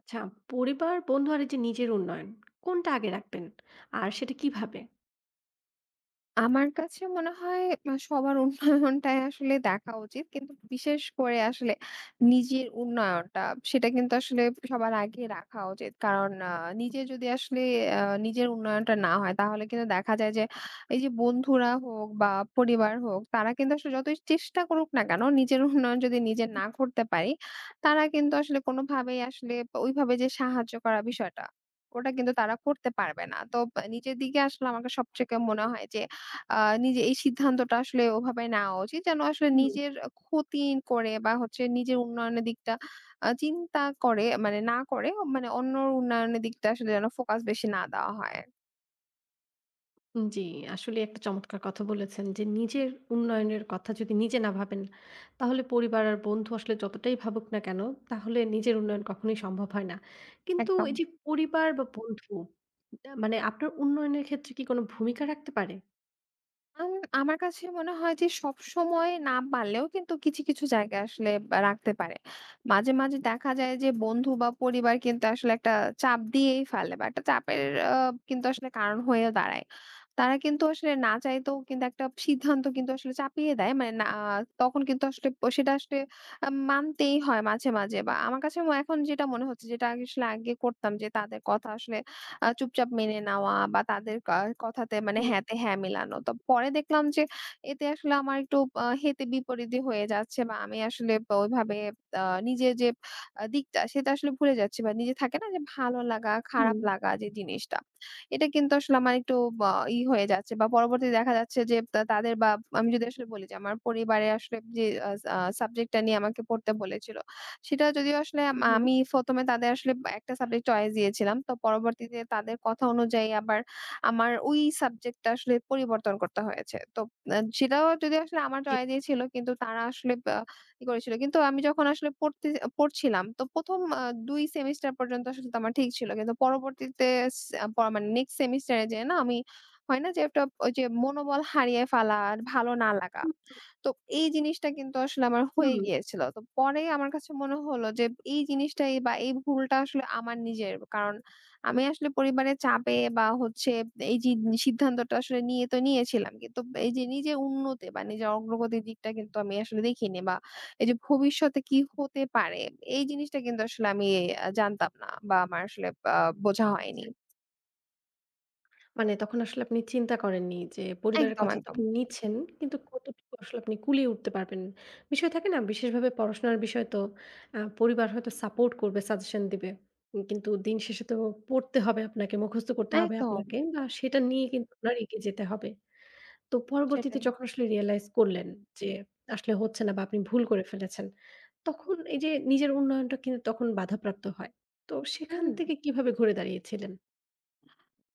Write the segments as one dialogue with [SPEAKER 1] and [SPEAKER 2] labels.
[SPEAKER 1] আচ্ছা, পরিবার, বন্ধু আর এই যে নিজের উন্নয়ন, কোনটা আগে রাখবেন? আর সেটা কিভাবে?
[SPEAKER 2] আমার কাছে মনে হয় সবার উন্নয়নটাই আসলে দেখা উচিত। কিন্তু বিশেষ করে আসলে নিজের উন্নয়নটা, সেটা কিন্তু আসলে সবার আগে রাখা উচিত। কারণ নিজে যদি আসলে আ নিজের উন্নয়নটা না হয় তাহলে কিন্তু দেখা যায় যে এই যে বন্ধুরা হোক বা পরিবার হোক, তারা কিন্তু আসলে যতই চেষ্টা করুক না কেন, নিজের উন্নয়ন যদি নিজে না করতে পারি, তারা কিন্তু আসলে কোনোভাবেই আসলে ওইভাবে যে সাহায্য করা বিষয়টা, ওটা কিন্তু তারা করতে পারবে না। তো নিজের দিকে আসলে আমাকে সবথেকে মনে হয় যে আ নিজে এই সিদ্ধান্তটা আসলে ওভাবে নেওয়া উচিত যেন আসলে
[SPEAKER 1] হুম।
[SPEAKER 2] নিজের ক্ষতি করে বা হচ্ছে নিজের উন্নয়নের দিকটা চিন্তা করে মানে না করে মানে অন্যর উন্নয়নের দিকটা আসলে যেন ফোকাস বেশি না দেওয়া হয়।
[SPEAKER 1] জি, আসলে একটা চমৎকার কথা বলেছেন যে নিজের উন্নয়নের কথা যদি নিজে না ভাবেন, তাহলে পরিবার আর বন্ধু আসলে যতটাই ভাবুক না কেন, তাহলে নিজের উন্নয়ন কখনোই সম্ভব হয় না। কিন্তু
[SPEAKER 2] একদম।
[SPEAKER 1] এই যে পরিবার বা বন্ধু, মানে আপনার উন্নয়নের ক্ষেত্রে কি কোনো ভূমিকা রাখতে পারে?
[SPEAKER 2] আম আমার কাছে মনে হয় যে সবসময় না পারলেও কিন্তু কিছু, কিছু জায়গায় আসলে বা রাখতে পারে। মাঝে, মাঝে দেখা যায় যে বন্ধু বা পরিবার কিন্তু আসলে একটা চাপ দিয়েই ফেলে বা একটা চাপের আ কিন্তু আসলে কারণ হয়ে দাঁড়ায়। তারা কিন্তু আসলে না চাইতেও কিন্তু একটা সিদ্ধান্ত কিন্তু আসলে চাপিয়ে দেয়। মানে না তখন কিন্তু আসলে সেটা আসলে মানতেই হয় মাঝে, মাঝে বা আমার কাছে এখন যেটা মনে হচ্ছে যেটা আগে আসলে আগে করতাম, যে তাদের কথা আসলে চুপচাপ মেনে নেওয়া বা তাদের কথাতে মানে
[SPEAKER 1] হুম,
[SPEAKER 2] হ্যাঁতে হ্যাঁ মেলানো। তো পরে দেখলাম যে এতে আসলে আমার একটু হিতে বিপরীতই হয়ে যাচ্ছে বা আমি আসলে ওইভাবে নিজের যে দিকটা সেটা আসলে ভুলে যাচ্ছি বা নিজে থাকে না যে ভালো লাগা,
[SPEAKER 1] হুম,
[SPEAKER 2] খারাপ লাগা যে জিনিসটা। এটা কিন্তু আসলে আমার একটু বা হয়ে যাচ্ছে বা পরবর্তীতে দেখা যাচ্ছে যে তাদের বা আমি যদি আসলে বলি যে আমার পরিবারে আসলে যে আ আ সাবজেক্টটা নিয়ে আমাকে পড়তে বলেছিল, সেটা যদিও আসলে
[SPEAKER 1] হুম, হুম,
[SPEAKER 2] আমি ১ম এ তাদের আসলে একটা সাবজেক্ট চয়েস দিয়েছিলাম। তো পরবর্তীতে তাদের কথা অনুযায়ী আবার আমার ওই সাবজেক্টটা আসলে পরিবর্তন করতে হয়েছে। তো সেটাও যদি আসলে আমার
[SPEAKER 1] জি।
[SPEAKER 2] চয়েসই ছিল, কিন্তু তারা আসলে বা করেছিল। কিন্তু আমি যখন আসলে পড়তে পড়ছিলাম, তো ১ম ২ সেমেস্টার পর্যন্ত আসলে তো আমার ঠিক ছিল। কিন্তু পরবর্তীতে স প মানে নেক্সট সেমিস্টার এ যেয়ে না, আমি হয় না যে একটা ওই যে মনোবল হারিয়ে ফেলা, আর ভালো না লাগা। তো এই জিনিসটা কিন্তু আসলে আমার
[SPEAKER 1] হুম,
[SPEAKER 2] হয়ে
[SPEAKER 1] হুম।
[SPEAKER 2] গিয়েছিল। তো পরে আমার কাছে মনে হলো যে এই জিনিসটাই বা এই ভুলটা আসলে আমার নিজের। কারণ আমি আসলে পরিবারের চাপে বা হচ্ছে এই যে সিদ্ধান্তটা আসলে নিয়ে তো নিয়েছিলাম। কিন্তু এই যে নিজের উন্নতি বা নিজের অগ্রগতির দিকটা কিন্তু আমি আসলে দেখিনি বা এই যে ভবিষ্যতে কি হতে পারে, এই জিনিসটা কিন্তু আসলে আমি জানতাম না বা আমার আসলে আ বোঝা হয়নি।
[SPEAKER 1] আচ্ছা। মানে তখন আসলে আপনি চিন্তা করেননি যে পরিবারের
[SPEAKER 2] একদম,
[SPEAKER 1] কথা তো
[SPEAKER 2] একদম।
[SPEAKER 1] আপনি নিচ্ছেন, কিন্তু কতটুকু আসলে আপনি কুলিয়ে উঠতে পারবেন। বিষয় থাকে না? বিশেষভাবে পড়াশোনার বিষয় তো পরিবার হয়তো সাপোর্ট করবে, সাজেশন দিবে। কিন্তু দিন শেষে তো পড়তে হবে আপনাকে, মুখস্থ করতে হবে
[SPEAKER 2] একদম
[SPEAKER 1] আপনাকে। বা সেটা নিয়ে কিন্তু আপনার এগিয়ে যেতে হবে। তো পরবর্তীতে
[SPEAKER 2] সেটাই।
[SPEAKER 1] যখন আসলে রিয়ালাইজ করলেন যে আসলে হচ্ছে না বা আপনি ভুল করে ফেলেছেন, তখন এই যে নিজের উন্নয়নটা কিন্তু তখন বাধাপ্রাপ্ত হয়। তো সেখান
[SPEAKER 2] হুম।
[SPEAKER 1] থেকে কিভাবে ঘুরে দাঁড়িয়েছিলেন?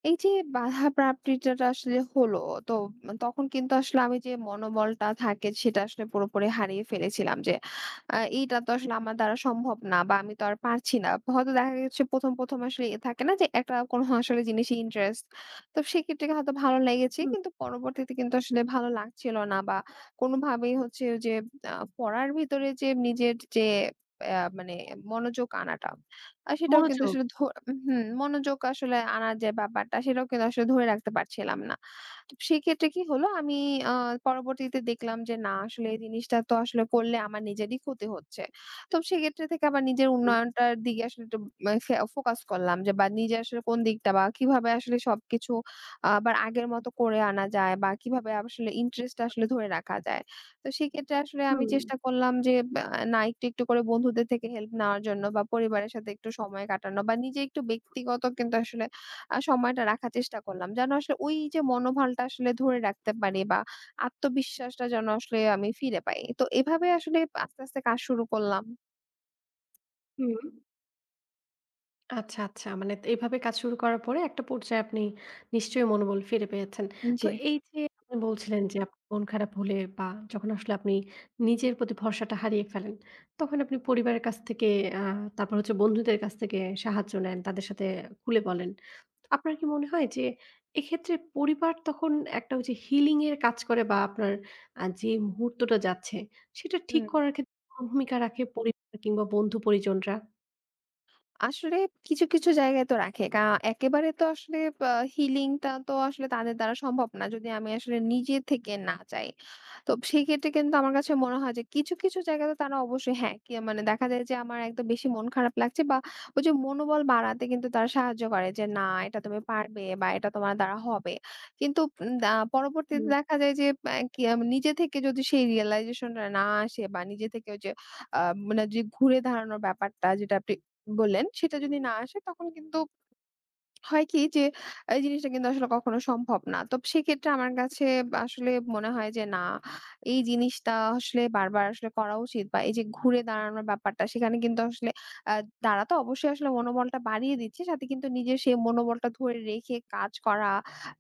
[SPEAKER 2] এই যে বাধা প্রাপ্তিটা আসলে হলো, তো তখন কিন্তু আসলে আমি যে মনোবলটা থাকে সেটা আসলে পুরোপুরি হারিয়ে ফেলেছিলাম যে এইটা তো আসলে আমার দ্বারা সম্ভব না বা আমি তো আর পারছি না। হয়তো দেখা গেছে প্রথম প্রথম আসলে এ থাকে না যে একটা কোনো আসলে জিনিসে ইন্টারেস্ট। তো সেক্ষেত্রে হয়তো ভালো লেগেছে
[SPEAKER 1] হুম,
[SPEAKER 2] কিন্তু পরবর্তীতে কিন্তু আসলে ভালো লাগছিল না বা কোনোভাবেই হচ্ছে ওই যে পড়ার ভিতরে যে নিজের যে মানে মনোযোগ আনাটা, আর সেটাও কিন্তু
[SPEAKER 1] মনোযোগ।
[SPEAKER 2] আসলে হুম, মনোযোগ আসলে আনার যে ব্যাপারটা সেটাও কিন্তু আসলে ধরে রাখতে পারছিলাম না। তো সেক্ষেত্রে কি হলো, আমি আ পরবর্তীতে দেখলাম যে না আসলে এই জিনিসটা তো আসলে করলে আমার নিজেরই ক্ষতি হচ্ছে। তো সেক্ষেত্রে থেকে আবার নিজের
[SPEAKER 1] হুম।
[SPEAKER 2] উন্নয়নটার দিকে আসলে একটু মা ফে ফোকাস করলাম যে বা নিজে আসলে কোন দিকটা বা কিভাবে আসলে সবকিছু আবার আগের মতো করে আনা যায় বা কিভাবে আসলে ইন্টারেস্টটা আসলে ধরে রাখা যায়। তো সেক্ষেত্রে আসলে আমি
[SPEAKER 1] হুম।
[SPEAKER 2] চেষ্টা করলাম যে বা না একটু, একটু করে বন্ধুদের থেকে হেল্প নেওয়ার জন্য বা পরিবারের সাথে একটু সময় কাটানো বা নিজে একটু ব্যক্তিগত কিন্তু আসলে সময়টা রাখার চেষ্টা করলাম। যেন আসলে ওই যে মনোবলটা আসলে ধরে রাখতে পারি বা আত্মবিশ্বাসটা যেন আসলে আমি ফিরে পাই। তো এভাবে আসলে আস্তে, আস্তে কাজ শুরু করলাম।
[SPEAKER 1] হুম। আচ্ছা, আচ্ছা। মানে এভাবে কাজ শুরু করার পরে একটা পর্যায়ে আপনি নিশ্চয়ই মনোবল ফিরে পেয়েছেন। তো
[SPEAKER 2] জি।
[SPEAKER 1] এই যে আপনি বলছিলেন যে আপনি মন খারাপ হলে বা যখন আসলে আপনি নিজের প্রতি ভরসাটা হারিয়ে ফেলেন, তখন আপনি পরিবারের কাছ থেকে আ তারপর হচ্ছে বন্ধুদের কাছ থেকে সাহায্য নেন, তাদের সাথে খুলে বলেন। আপনার কি মনে হয় যে এক্ষেত্রে পরিবার তখন একটা ওই যে হিলিং এর কাজ করে বা আপনার যে মুহূর্তটা যাচ্ছে সেটা ঠিক
[SPEAKER 2] হুম।
[SPEAKER 1] করার ক্ষেত্রে কোন ভূমিকা রাখে পরিবার কিংবা বন্ধু পরিজনরা?
[SPEAKER 2] আসলে কিছু, কিছু জায়গায় তো রাখে। একেবারে তো আসলে আ হিলিং টা তো আসলে তাদের দ্বারা সম্ভব না। যদি আমি আসলে নিজে থেকে না চাই। তো সেক্ষেত্রে কিন্তু আমার কাছে মনে হয় যে কিছু, কিছু জায়গাতে তারা অবশ্যই হ্যাঁ, মানে দেখা যায় যে আমার একদম বেশি মন খারাপ লাগছে বা ওই যে মনোবল বাড়াতে কিন্তু তারা সাহায্য করে যে, "না, এটা তুমি পারবে বা এটা তোমার দ্বারা হবে।" কিন্তু উম দা পরবর্তীতে
[SPEAKER 1] হুম।
[SPEAKER 2] দেখা যায় যে কি নিজে থেকে যদি সেই realization টা না আসে বা নিজে থেকে ওই যে আ মানে যে ঘুরে দাঁড়ানোর ব্যাপারটা যেটা আপনি বললেন, সেটা যদি না আসে তখন কিন্তু হয় কি যে, এই জিনিসটা কিন্তু আসলে কখনো সম্ভব না। তো সেক্ষেত্রে আমার কাছে আসলে মনে হয় যে না, এই জিনিসটা আসলে বারবার আসলে করা উচিত বা এই যে ঘুরে দাঁড়ানোর ব্যাপারটা সেখানে কিন্তু আসলে আ তারা তো অবশ্যই আসলে মনোবলটা বাড়িয়ে দিচ্ছে। সাথে কিন্তু নিজের সেই মনোবলটা ধরে রেখে কাজ করা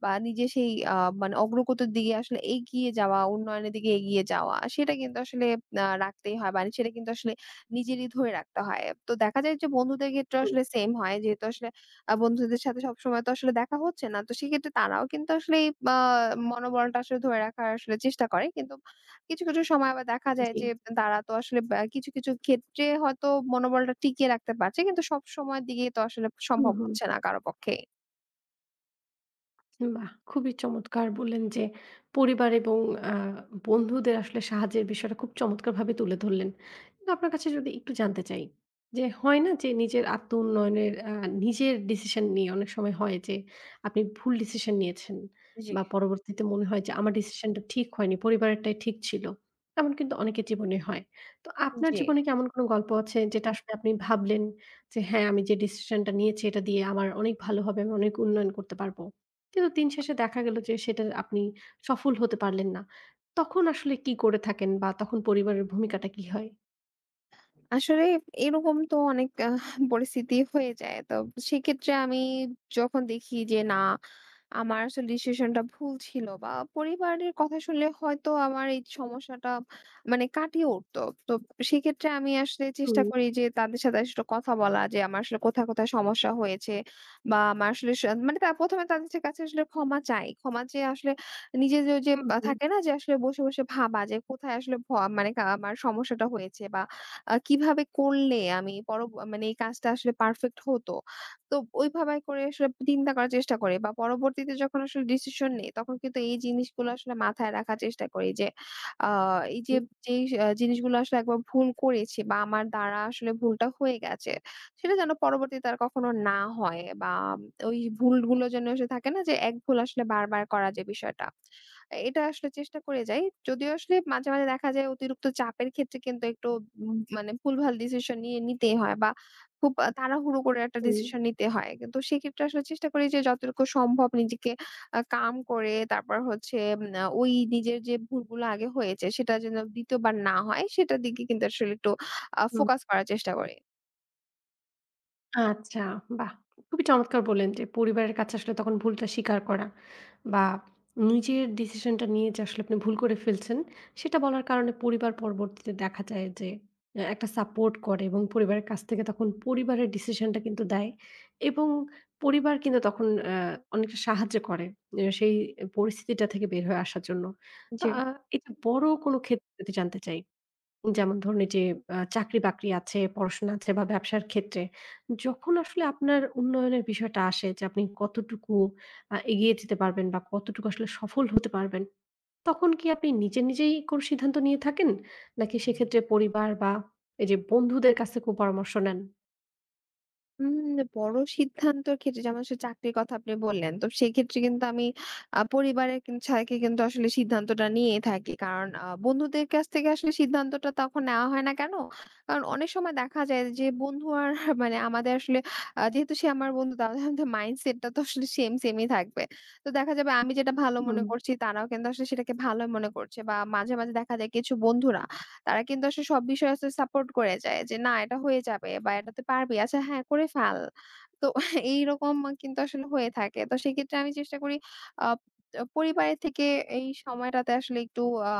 [SPEAKER 2] বা নিজের সেই মানে অগ্রগতির দিকে আসলে এগিয়ে যাওয়া, উন্নয়নের দিকে এগিয়ে যাওয়া সেটা কিন্তু আসলে রাখতেই হয়। মানে সেটা কিন্তু আসলে নিজেরই ধরে রাখতে হয়। তো দেখা যায় যে বন্ধুদের ক্ষেত্রে আসলে সেম হয়। যেহেতু আসলে বন্ধুদের সাথে সবসময় তো আসলে দেখা হচ্ছে না। তো সেক্ষেত্রে তারাও কিন্তু আসলে এই আ মনোবলটা আসলে ধরে রাখার আসলে চেষ্টা করে। কিন্তু কিছু, কিছু সময় আবার দেখা যায়
[SPEAKER 1] জি।
[SPEAKER 2] যে তারা তো আসলে কিছু, কিছু ক্ষেত্রে হয়তো মনোবলটা টিকিয়ে রাখতে পারছে। কিন্তু সবসময়ের দিকে তো আসলে
[SPEAKER 1] হুম,
[SPEAKER 2] সম্ভব
[SPEAKER 1] হুম।
[SPEAKER 2] হচ্ছে না কারো পক্ষেই।
[SPEAKER 1] বাহ! খুবই চমৎকার বললেন যে, পরিবার এবং আ বন্ধুদের আসলে সাহায্যের বিষয়টা খুব চমৎকারভাবে তুলে ধরলেন। কিন্তু আপনার কাছে যদি একটু জানতে চাই যে, হয় না যে, নিজের আত্ম-উন্নয়নের নিজের ডিসিশন নিয়ে অনেক সময় হয় যে, আপনি ভুল ডিসিশন নিয়েছেন
[SPEAKER 2] জি।
[SPEAKER 1] বা পরবর্তীতে মনে হয় যে, আমার ডিসিশনটা ঠিক হয়নি, পরিবারেরটাই ঠিক ছিল। এমন কিন্তু অনেকের জীবনে হয়। তো আপনার
[SPEAKER 2] জি।
[SPEAKER 1] জীবনে কি এমন কোনো গল্প আছে যেটা আসলে আপনি ভাবলেন যে, হ্যাঁ, আমি যে ডিসিশনটা নিয়েছি এটা দিয়ে আমার অনেক ভালো হবে, আমি অনেক উন্নয়ন করতে পারব? কিন্তু দিন শেষে দেখা গেল যে সেটা আপনি সফল হতে পারলেন না। তখন আসলে কি করে থাকেন বা তখন পরিবারের ভূমিকাটা কি হয়?
[SPEAKER 2] আসলে এরকম তো অনেক পরিস্থিতি হয়ে যায়। তো সেক্ষেত্রে আমি যখন দেখি যে না আমার আসলে ডিসিশনটা ভুল ছিল বা পরিবারের কথা শুনলে হয়তো আমার এই সমস্যাটা মানে কাটিয়ে উঠতো। তো সেক্ষেত্রে আমি আসলে চেষ্টা
[SPEAKER 1] হুম,
[SPEAKER 2] করি যে তাদের সাথে আসলে কথা বলা, যে আমার আসলে কোথায়, কোথায় সমস্যা হয়েছে বা আমার আসলে মানে ১ম এ তাদের কাছে আসলে ক্ষমা চাই। ক্ষমা চেয়ে আসলে নিজে যে
[SPEAKER 1] হুম, হুম,
[SPEAKER 2] থাকে না যে আসলে বসে, বসে ভাবা, যে কোথায় আসলে মানে আমার সমস্যাটা হয়েছে বা কিভাবে করলে আমি মানে এই কাজটা আসলে পারফেক্ট হতো। তো ওইভাবে করে আসলে চিন্তা করার চেষ্টা করি বা পরবর্তীতে যখন আসলে ডিসিশন নেই তখন কিন্তু এই জিনিসগুলো আসলে মাথায় রাখার চেষ্টা করি যে আ এই যে
[SPEAKER 1] হুম,
[SPEAKER 2] যেই জিনিসগুলো আসলে একবার ভুল করেছি বা আমার দ্বারা আসলে ভুলটা হয়ে গেছে। সেটা যেন পরবর্তীতে আর কখনো না হয় বা ওই ভুলগুলো যেন এসে থাকে না যে এক ভুল আসলে বারবার করা যে বিষয়টা। এটা আসলে চেষ্টা করে যাই। যদিও আসলে মাঝে, মাঝে দেখা যায় অতিরিক্ত চাপের ক্ষেত্রে কিন্তু একটু মানে ভুলভাল ডিসিশন নিয়ে নিতেই হয় বা খুব তাড়াহুড়ো করে একটা
[SPEAKER 1] হুম,
[SPEAKER 2] ডিসিশন নিতে হয়। কিন্তু সেক্ষেত্রে আসলে চেষ্টা করি যে যতটুকু সম্ভব নিজেকে calm করে তারপর হচ্ছে উম আ ওই নিজের যে ভুলগুলো আগে হয়েছে সেটা যেন ২য় বার না হয় সেটার দিকে কিন্তু আসলে একটু
[SPEAKER 1] হুম।
[SPEAKER 2] ফোকাস করার চেষ্টা করি।
[SPEAKER 1] আচ্ছা, বাহ! খুবই চমৎকার বললেন যে, পরিবারের কাছে আসলে তখন ভুলটা স্বীকার করা বা নিজের ডিসিশনটা নিয়ে যে আসলে আপনি ভুল করে ফেলছেন, সেটা বলার কারণে পরিবার পরবর্তীতে দেখা যায় যে একটা সাপোর্ট করে এবং পরিবারের কাছ থেকে তখন পরিবারের ডিসিশনটা কিন্তু দেয় এবং পরিবার কিন্তু তখন অনেকটা সাহায্য করে সেই পরিস্থিতিটা থেকে বের হয়ে আসার জন্য। তো
[SPEAKER 2] জি।
[SPEAKER 1] এই যে বড় কোনো ক্ষেত্রে যদি জানতে চাই যেমন ধরুন এই যে চাকরি-বাকরি আছে, পড়াশোনা আছে বা ব্যবসার ক্ষেত্রে। যখন আসলে আপনার উন্নয়নের বিষয়টা আসে যে আপনি কতটুকু এগিয়ে যেতে পারবেন বা কতটুকু আসলে সফল হতে পারবেন, তখন কি আপনি নিজে, নিজেই কোনো সিদ্ধান্ত নিয়ে থাকেন? নাকি সেক্ষেত্রে পরিবার বা এই যে বন্ধুদের কাছ থেকেও পরামর্শ নেন?
[SPEAKER 2] বড় সিদ্ধান্তর ক্ষেত্রে যেমন আসলে চাকরির কথা আপনি বললেন। তো সেক্ষেত্রে কিন্তু আমি পরিবারের থেকে কিন্তু আসলে সিদ্ধান্তটা নিয়েই থাকি। কারণ বন্ধুদের কাছ থেকে আসলে সিদ্ধান্তটা তখন নেওয়া হয় না কেন? কারণ অনেক সময় দেখা যায় যে বন্ধু আর মানে আমাদের আসলে যেহেতু সে আমার বন্ধু, তাহলে আমাদের মাইন্ডসেট টা তো আসলে সেম, সেমই থাকবে। তো দেখা যাবে আমি যেটা ভালো মনে
[SPEAKER 1] হুম,
[SPEAKER 2] করছি তারাও কিন্তু আসলে সেটাকে ভালো মনে করছে। বা মাঝে, মাঝে দেখা যায় কিছু বন্ধুরা তারা কিন্তু আসলে সব বিষয়ে আসলে সাপোর্ট করে যায় যে, "না এটা হয়ে যাবে বা এটা তুই পারবি। আচ্ছা হ্যাঁ, করে ফেল।" তো এইরকম কিন্তু আসলে হয়ে থাকে। তো সেক্ষেত্রে আমি চেষ্টা করি আ আ পরিবারের থেকে এই সময়টাতে আসলে একটু আ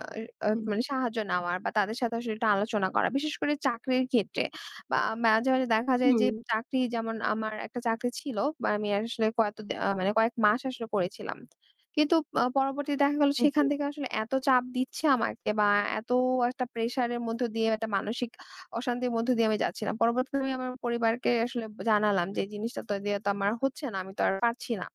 [SPEAKER 2] আ আ
[SPEAKER 1] হুম,
[SPEAKER 2] মানে সাহায্য নেওয়ার বা তাদের সাথে আসলে একটু আলোচনা করা। বিশেষ করে চাকরির ক্ষেত্রে বা মাঝে, মাঝে দেখা যায় যে
[SPEAKER 1] হুম,
[SPEAKER 2] চাকরি, যেমন আমার একটা চাকরি ছিল বা আমি আসলে কত দে আ মানে কয়েক মাস আসলে করেছিলাম। কিন্তু পরবর্তীতে দেখা গেল
[SPEAKER 1] জি,
[SPEAKER 2] সেখান থেকে আসলে এত চাপ দিচ্ছে আমাকে বা এত একটা প্রেশার এর মধ্য দিয়ে, একটা মানসিক অশান্তির মধ্য দিয়ে আমি যাচ্ছিলাম। পরবর্তীতে আমি আমার পরিবারকে আসলে জানালাম যে, "এই জিনিসটা তো দিয়ে তো আমার হচ্ছে না। আমি তো আর পারছি না।"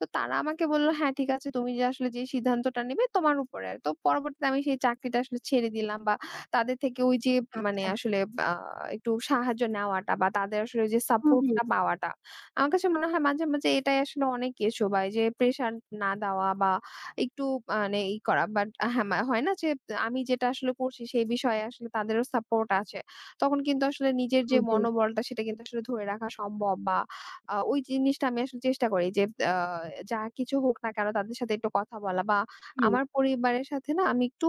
[SPEAKER 2] তো তারা আমাকে বলল, "হ্যাঁ, ঠিক আছে। তুমি যে আসলে যে সিদ্ধান্তটা নিবে তোমার উপরে।" তো পরবর্তীতে আমি সেই চাকরিটা আসলে ছেড়ে দিলাম বা তাদের থেকে ওই যে মানে
[SPEAKER 1] আচ্ছা।
[SPEAKER 2] আসলে আ একটু সাহায্য নেওয়াটা বা তাদের আসলে ওই যে
[SPEAKER 1] হুম,
[SPEAKER 2] সাপোর্ট
[SPEAKER 1] হুম,
[SPEAKER 2] টা পাওয়াটা আমার কাছে মনে হয় মাঝে, মাঝে এটাই আসলে অনেক কিছু বা এই যে প্রেশার না দেওয়া বা একটু মানে করা। বাট হ্যাঁ, হয় না যে আমি যেটা আসলে করছি সেই বিষয়ে আসলে তাদেরও সাপোর্ট আছে। তখন কিন্তু আসলে নিজের যে
[SPEAKER 1] হুম, হুম,
[SPEAKER 2] মনোবলটা সেটা কিন্তু আসলে ধরে রাখা সম্ভব বা ওই জিনিসটা আমি আসলে চেষ্টা করি যে আ যা কিছু হোক না কেন তাদের সাথে একটু কথা বলা বা
[SPEAKER 1] হুম,
[SPEAKER 2] আমার পরিবারের সাথে না আমি একটু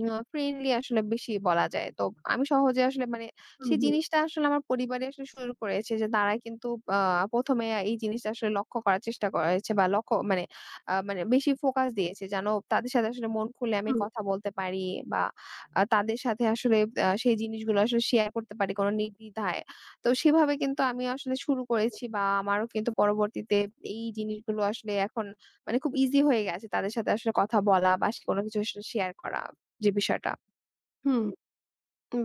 [SPEAKER 2] ফ্রেন্ডলি আসলে বেশি বলা যায়। তো আমি সহজে আসলে মানে
[SPEAKER 1] হুম,
[SPEAKER 2] সেই
[SPEAKER 1] হুম,
[SPEAKER 2] জিনিসটা আসলে আমার পরিবারে আসলে শুরু করেছে যে তারা কিন্তু আ ১ম এ এই জিনিসটা আসলে লক্ষ্য করার চেষ্টা করেছে বা লক্ষ্য মানে মানে বেশি ফোকাস দিয়েছে যেন তাদের সাথে আসলে মন খুলে আমি
[SPEAKER 1] হুম,
[SPEAKER 2] কথা বলতে পারি বা তাদের সাথে আসলে সেই জিনিসগুলো আসলে শেয়ার করতে পারি কোনো নির্দ্বিধায়। তো সেভাবে কিন্তু আমি আসলে শুরু করেছি বা আমারও কিন্তু পরবর্তীতে এই জিনিসগুলো আসলে এখন মানে খুব ইজি হয়ে গেছে তাদের সাথে আসলে কথা বলা বা কোনো কিছু আসলে শেয়ার করা যে বিষয়টা।
[SPEAKER 1] হুম।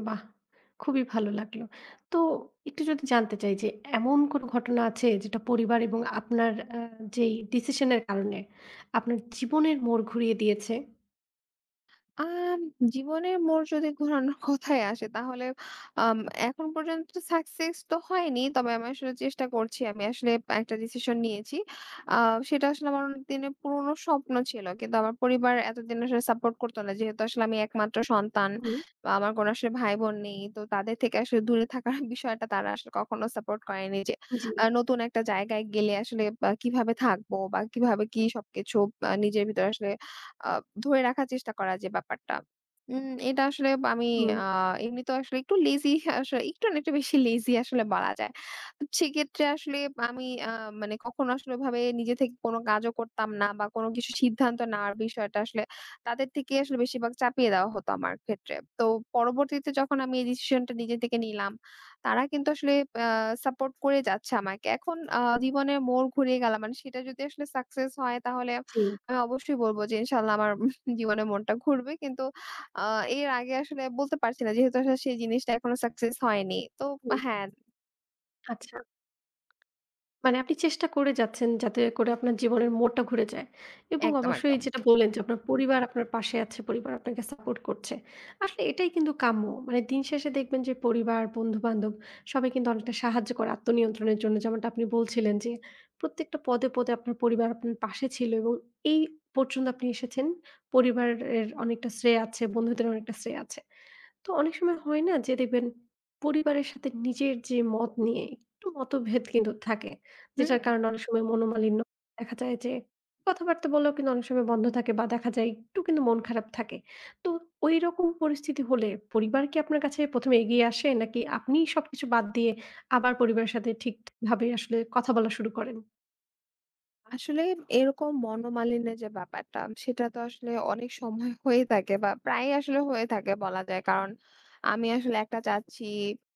[SPEAKER 1] বাহ! খুবই ভালো লাগলো। তো একটু যদি জানতে চাই যে এমন কোনো ঘটনা আছে যেটা পরিবার এবং আপনার যেই ডিসিশন এর কারণে আপনার জীবনের মোড় ঘুরিয়ে দিয়েছে?
[SPEAKER 2] আম জীবনের মোড় যদি ঘোরানোর কথাই আসে তাহলে আম এখন পর্যন্ত সাকসেস তো হয়নি। তবে আমি আসলে চেষ্টা করছি। আমি আসলে একটা ডিসিশন নিয়েছি। আ সেটা আসলে আমার অনেকদিনের পুরনো স্বপ্ন ছিল। কিন্তু আমার পরিবার এতদিন আসলে সাপোর্ট করতো না। যেহেতু আসলে আমি একমাত্র সন্তান।
[SPEAKER 1] হুম।
[SPEAKER 2] বা আমার কোনো আসলে ভাই-বোন নেই। তো তাদের থেকে আসলে দূরে থাকার বিষয়টা তারা আসলে কখনো সাপোর্ট করেনি যে
[SPEAKER 1] জি,
[SPEAKER 2] নতুন একটা জায়গায় গেলে আসলে বা কিভাবে থাকবো বা কিভাবে কি সবকিছু নিজের ভিতরে আসলে আ ধরে রাখার চেষ্টা করা যে ব্যাপারটা। এটা আসলে আমি
[SPEAKER 1] হুম,
[SPEAKER 2] আ এমনিতেও আসলে একটু লেজি, একটু না একটু বেশি লেজি আসলে বলা যায়। তো সেক্ষেত্রে আসলে আমি মানে কখনো আসলে ওভাবে নিজে থেকে কোনো কাজও করতাম না বা কোনো কিছু সিদ্ধান্ত নেওয়ার বিষয়টা আসলে তাদের থেকে আসলে বেশিরভাগ চাপিয়ে দেওয়া হতো আমার ক্ষেত্রে। তো পরবর্তীতে যখন আমি এই ডিসিশনটা নিজে থেকে নিলাম, তারা কিন্তু আসলে আ সাপোর্ট করে যাচ্ছে আমাকে। এখন জীবনের মোড় ঘুরিয়ে গেলাম। মানে সেটা যদি আসলে সাকসেস হয় তাহলে
[SPEAKER 1] জি,
[SPEAKER 2] আমি অবশ্যই বলব যে ইনশাআল্লাহ আমার জীবনে মনটা ঘুরবে। কিন্তু আ এর আগে আসলে বলতে পারছি না। যেহেতু আসলে সেই জিনিসটা এখনো সাকসেস হয়নি। তো
[SPEAKER 1] হুম,
[SPEAKER 2] হ্যাঁ,
[SPEAKER 1] আচ্ছা। মানে আপনি চেষ্টা করে যাচ্ছেন যাতে করে আপনার জীবনের মোড়টা ঘুরে যায় এবং
[SPEAKER 2] একদম,
[SPEAKER 1] অবশ্যই
[SPEAKER 2] একদম।
[SPEAKER 1] যেটা বললেন যে আপনার পরিবার আপনার পাশে আছে, পরিবার আপনাকে সাপোর্ট করছে। আসলে এটাই কিন্তু কাম্য। মানে দিন শেষে দেখবেন যে পরিবার, বন্ধু-বান্ধব সবাই কিন্তু অনেকটা সাহায্য করে আত্মনিয়ন্ত্রণের জন্য। যেমনটা আপনি বলছিলেন যে প্রত্যেকটা পদে, পদে আপনার পরিবার আপনার পাশে ছিল এবং এই পর্যন্ত আপনি এসেছেন। পরিবারের অনেকটা শ্রেয় আছে, বন্ধুদের অনেকটা শ্রেয় আছে। তো অনেক সময় হয় না যে দেখবেন পরিবারের সাথে নিজের যে মত নিয়ে একটু মতভেদ কিন্তু থাকে। যেটার
[SPEAKER 2] হুম।
[SPEAKER 1] কারণে অনেক সময় মনোমালিন্য দেখা যায় যে কথাবার্তা বলাও কিন্তু অনেক সময় বন্ধ থাকে বা দেখা যায় একটু কিন্তু মন খারাপ থাকে। তো ঐরকম পরিস্থিতি হলে পরিবার কি আপনার কাছে ১ম এ এগিয়ে আসে নাকি আপনিই সবকিছু বাদ দিয়ে আবার পরিবারের সাথে ঠিকভাবে আসলে কথা বলা শুরু করেন?
[SPEAKER 2] আসলে এরকম মনোমালিন্যের যে ব্যাপারটা সেটা তো আসলে অনেক সময় হয়ে থাকে বা প্রায় আসলে হয়ে থাকে বলা যায়। কারণ আমি আসলে একটা চাচ্ছি,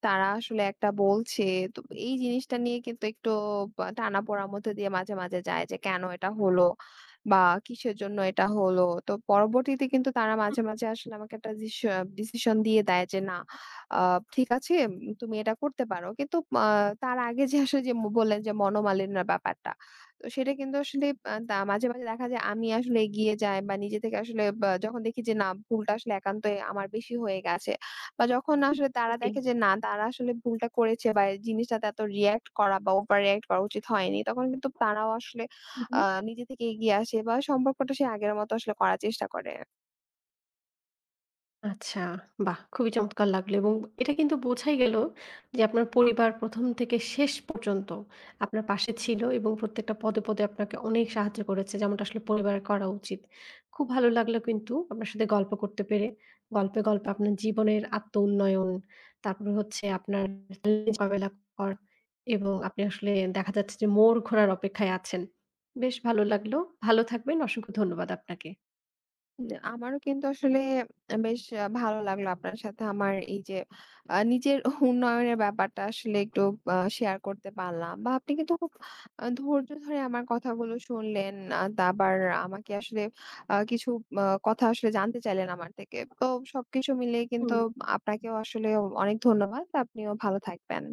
[SPEAKER 2] তারা আসলে একটা বলছে। তো এই জিনিসটা নিয়ে কিন্তু একটু টানাপোড়েন মধ্যে দিয়ে মাঝে মাঝে যায় যে কেন এটা হলো বা কিসের জন্য এটা হলো। তো পরবর্তীতে কিন্তু তারা মাঝে
[SPEAKER 1] হুম,
[SPEAKER 2] মাঝে আসলে আমাকে একটা ডিসিশন দিয়ে দেয় যে না ঠিক আছে, তুমি এটা করতে পারো, কিন্তু তার আগে যে আসলে যে বললেন যে মনোমালিন্যের ব্যাপারটা, তো সেটা কিন্তু আসলে আ দা মাঝে, মাঝে দেখা যায় আমি আসলে এগিয়ে যাই বা নিজে থেকে আসলে বা যখন দেখি যে না ভুলটা আসলে একান্তই আমার বেশি হয়ে গেছে বা যখন আসলে তারা
[SPEAKER 1] জি।
[SPEAKER 2] দেখে যে না তারা আসলে ভুলটা করেছে বা এই জিনিসটাতে এত রিঅ্যাক্ট করা বা ওভার রিঅ্যাক্ট করা উচিত হয়নি, তখন কিন্তু তারাও আসলে
[SPEAKER 1] হু, হু।
[SPEAKER 2] আ নিজে থেকে এগিয়ে আসে বা সম্পর্কটা সে আগের মতো আসলে করার চেষ্টা করে।
[SPEAKER 1] আচ্ছা, বাহ! খুবই চমৎকার লাগলো এবং এটা কিন্তু বোঝাই গেল যে আপনার পরিবার ১ম থেকে শেষ পর্যন্ত আপনার পাশে ছিল এবং প্রত্যেকটা পদে, পদে আপনাকে অনেক সাহায্য করেছে। যেমনটা আসলে পরিবারের করা উচিত। খুব ভালো লাগলো কিন্তু আপনার সাথে গল্প করতে পেরে। গল্পে, গল্পে আপনার জীবনের আত্ম-উন্নয়ন, তারপরে হচ্ছে আপনার চ্যালেঞ্জ মোকাবেলা করা এবং আপনি আসলে দেখা যাচ্ছে যে মোড় ঘোরার অপেক্ষায় আছেন। বেশ ভালো লাগলো। ভালো থাকবেন। অসংখ্য ধন্যবাদ আপনাকে।
[SPEAKER 2] উম আমারও কিন্তু আসলে বেশ ভালো লাগলো আপনার সাথে আমার এই যে নিজের উন্নয়নের ব্যাপারটা আসলে একটু শেয়ার করতে পারলাম। বা আপনি কিন্তু খুব ধৈর্য ধরে আমার কথাগুলো শুনলেন। তা আবার আমাকে আসলে কিছু কথা আসলে জানতে চাইলেন আমার থেকে। তো সবকিছু মিলিয়ে কিন্তু
[SPEAKER 1] হুম।
[SPEAKER 2] আপনাকেও আসলে অনেক ধন্যবাদ। আপনিও ভালো থাকবেন।